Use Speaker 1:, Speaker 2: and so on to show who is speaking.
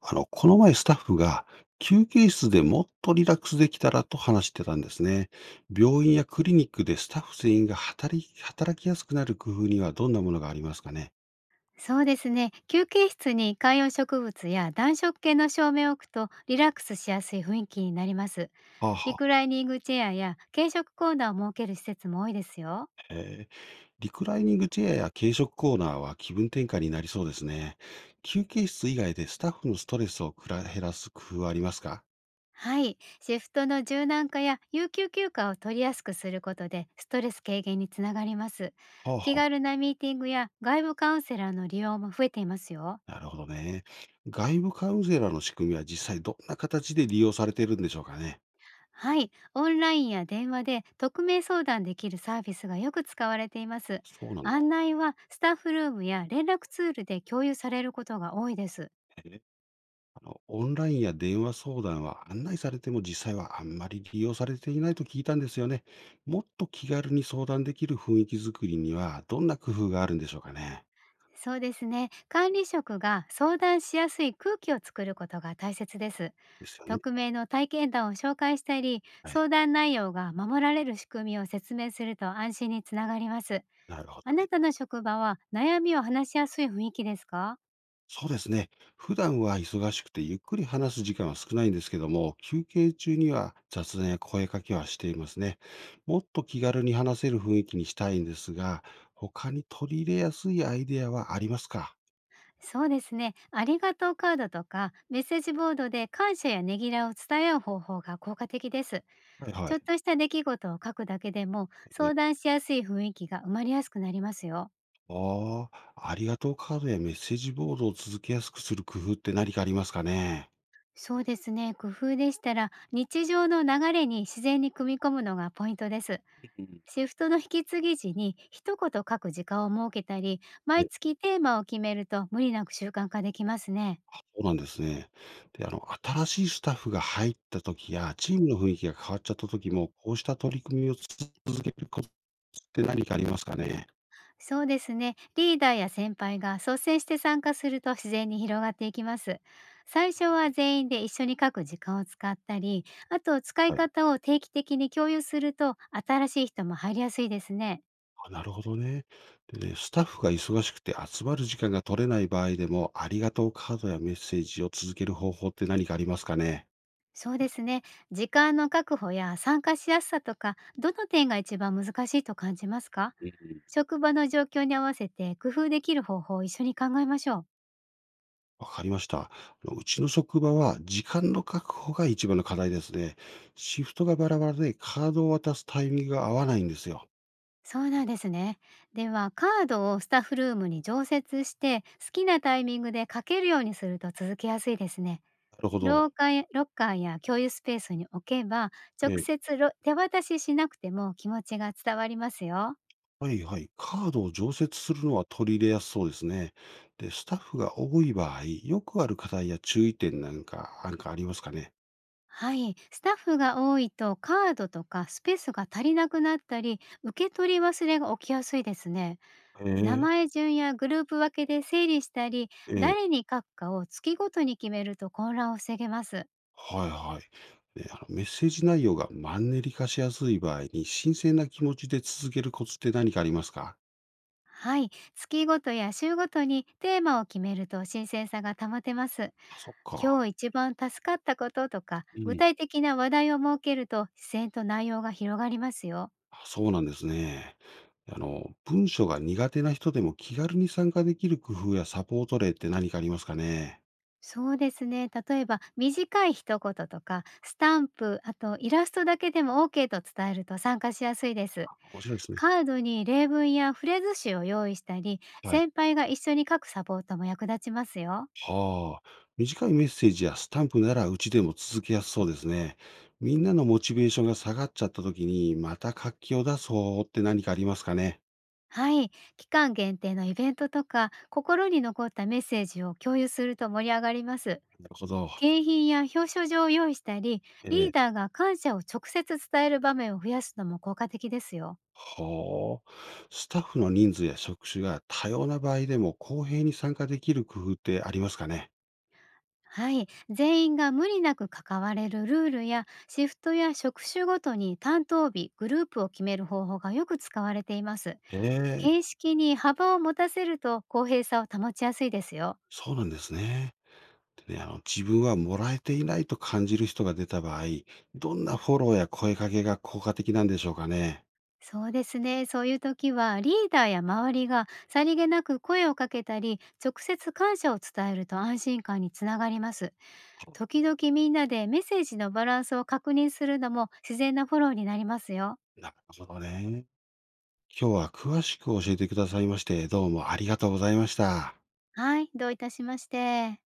Speaker 1: この前スタッフが休憩室でもっとリラックスできたらと話してたんですね。病院やクリニックでスタッフ全員が働きやすくなる工夫にはどんなものがありますかね。
Speaker 2: そうですね。休憩室に観葉植物や暖色系の照明を置くとリラックスしやすい雰囲気になります。
Speaker 1: はあ、
Speaker 2: リ
Speaker 1: はあ、
Speaker 2: クライニングチェアや軽食コーナーを設ける施設も多いですよ。
Speaker 1: えーリクライニングチェアや軽食コーナーは気分転換になりそうですね。休憩室以外でスタッフのストレスを減らす工夫はありますか。
Speaker 2: はい。シフトの柔軟化や有給休暇を取りやすくすることでストレス軽減につながります。
Speaker 1: はあ、
Speaker 2: 気
Speaker 1: は
Speaker 2: 軽なミーティングや外部カウンセラーの利用も増えていますよ。
Speaker 1: あ、なるほどね。外部カウンセラーの仕組みは実際どんな形で利用されているんでしょうかね。
Speaker 2: はい、オンラインや電話で匿名相談できるサービスがよく使われています。
Speaker 1: そうなん
Speaker 2: 案
Speaker 1: だ。
Speaker 2: 内はスタッフルームや連絡ツールで共有されることが多いです。
Speaker 1: あの、オンラインや電話相談は案内されても実際はあんまり利用されていないと聞いたんですよね。もっと気軽に相談できる雰囲気づくりにはどんな工夫があるんでしょうかね。
Speaker 2: そうですね。管理職が相談しやすい空気を作ることが大切です。
Speaker 1: ですよね。
Speaker 2: 匿名の体験談を紹介したり、
Speaker 1: はい。
Speaker 2: 相談内容が守られる仕組みを説明すると安心につながります。
Speaker 1: なるほど
Speaker 2: あな
Speaker 1: ね。
Speaker 2: たの職場は悩みを話しやすい雰囲気ですか？
Speaker 1: そうですね。普段は忙しくてゆっくり話す時間は少ないんですけども、休憩中には雑談や声かけはしていますね。もっと気軽に話せる雰囲気にしたいんですが、他に取り入れやすいアイデアはありますか。
Speaker 2: そうですね。ありがとうカードとかメッセージボードで感謝やねぎらいを伝え合う方法が効果的です。
Speaker 1: はいは
Speaker 2: ちょっ
Speaker 1: い。
Speaker 2: とした出来事を書くだけでも相談しやすい雰囲気が生まれやすくなりますよ。
Speaker 1: ああ、ありがとうカードやメッセージボードを続けやすくする工夫って何かありますかね？
Speaker 2: そうですね。工夫でしたら日常の流れに自然に組み込むのがポイントです。
Speaker 1: うん。
Speaker 2: シフトの引き継ぎ時に一言書く時間を設けたり、
Speaker 1: え、
Speaker 2: 毎月テーマを決めると無理なく習慣化できますね。
Speaker 1: あ、そうなんですね。で、あの、新しいスタッフが入った時や、チームの雰囲気が変わっちゃった時も、こうした取り組みを続けることって何かありますかね？
Speaker 2: そうですね。リーダーや先輩が率先して参加すると自然に広がっていきます。最初は全員で一緒に書く時間を使ったり、あと使い
Speaker 1: はい。
Speaker 2: 方を定期的に共有すると新しい人も入りやすいですね。
Speaker 1: あ、なるほどね。でね、スタッフが忙しくて集まる時間が取れない場合でも、ありがとうカードやメッセージを続ける方法って何かありますかね？
Speaker 2: そうですね。時間の確保や参加しやすさとか、どの点が一番難しいと感じますか？
Speaker 1: うん。
Speaker 2: 職場の状況に合わせて工夫できる方法を一緒に考えましょう。
Speaker 1: わかりました。あの、うちの職場は時間の確保が一番の課題ですね。シフトがバラバラでカードを渡すタイミングが合わないんですよ。
Speaker 2: そうなんですね。では、カードをスタッフルームに常設して、好きなタイミングで書けるようにすると続けやすいですね。
Speaker 1: なるほ
Speaker 2: 廊
Speaker 1: ど。
Speaker 2: 下やロッカーや共有スペースに置けば、直
Speaker 1: ええ、
Speaker 2: 接ろ手渡ししなくても気持ちが伝わりますよ。
Speaker 1: はいはい。カードを常設するのは取り入れやすそうですね。で、スタッフが多い場合、よくある課題や注意点なんか、なんかありますかね。
Speaker 2: はい。スタッフが多いと、カードとかスペースが足りなくなったり、受け取り忘れが起きやすいですね。名
Speaker 1: ええ、
Speaker 2: 前順やグループ分けで整理したり、
Speaker 1: ええ、
Speaker 2: 誰に書くかを月ごとに決めると混乱を防げます。
Speaker 1: はいはい。で、あのメッセージ内容がマンネリ化しやすい場合に、新鮮な気持ちで続けるコツって何かありますか。
Speaker 2: はい、月ごとや週ごとにテーマを決めると新鮮さが保てます。
Speaker 1: あ、そっか。
Speaker 2: 今日一番助かったこととか、
Speaker 1: う
Speaker 2: 具
Speaker 1: ん。
Speaker 2: 体的な話題を設けると自然と内容が広がりますよ。
Speaker 1: あ、そうなんですね。あの、文章が苦手な人でも気軽に参加できる工夫やサポート例って何かありますかね？
Speaker 2: そうですね。例えば短い一言とか、スタンプ、あとイラストだけでも OK と伝えると参加しやすいです。
Speaker 1: 面白いですね。
Speaker 2: カードに例文やフレーズ集を用意したり、
Speaker 1: はい。
Speaker 2: 先輩が一緒に書くサポートも役立ちますよ。
Speaker 1: はあ。短いメッセージやスタンプならうちでも続けやすそうですね。みんなのモチベーションが下がっちゃった時に、また活気を出すうって何かありますかね？
Speaker 2: はい、期間限定のイベントとか心に残ったメッセージを共有すると盛り上がります。
Speaker 1: なるほど。
Speaker 2: 景品や表彰状を用意したり、
Speaker 1: え
Speaker 2: リー
Speaker 1: え。
Speaker 2: ダーが感謝を直接伝える場面を増やすのも効果的ですよ。
Speaker 1: はあ。スタッフの人数や職種が多様な場合でも公平に参加できる工夫ってありますかね？
Speaker 2: はい、全員が無理なく関われるルールやシフトや職種ごとに担当日、グループを決める方法がよく使われています。
Speaker 1: へえ、
Speaker 2: 形式に幅を持たせると公平さを保ちやすいですよ。
Speaker 1: そうなんですね。ね、あの、自分はもらえていないと感じる人が出た場合、どんなフォローや声かけが効果的なんでしょうかね。
Speaker 2: そうですね。そういう時はリーダーや周りがさりげなく声をかけたり、直接感謝を伝えると安心感につながります。
Speaker 1: あ、
Speaker 2: 時々みんなでメッセージのバランスを確認するのも自然なフォローになりますよ。
Speaker 1: なるほどね。今日は詳しく教えてくださいまして、どうもありがとうございました。
Speaker 2: はい、どういたしまして。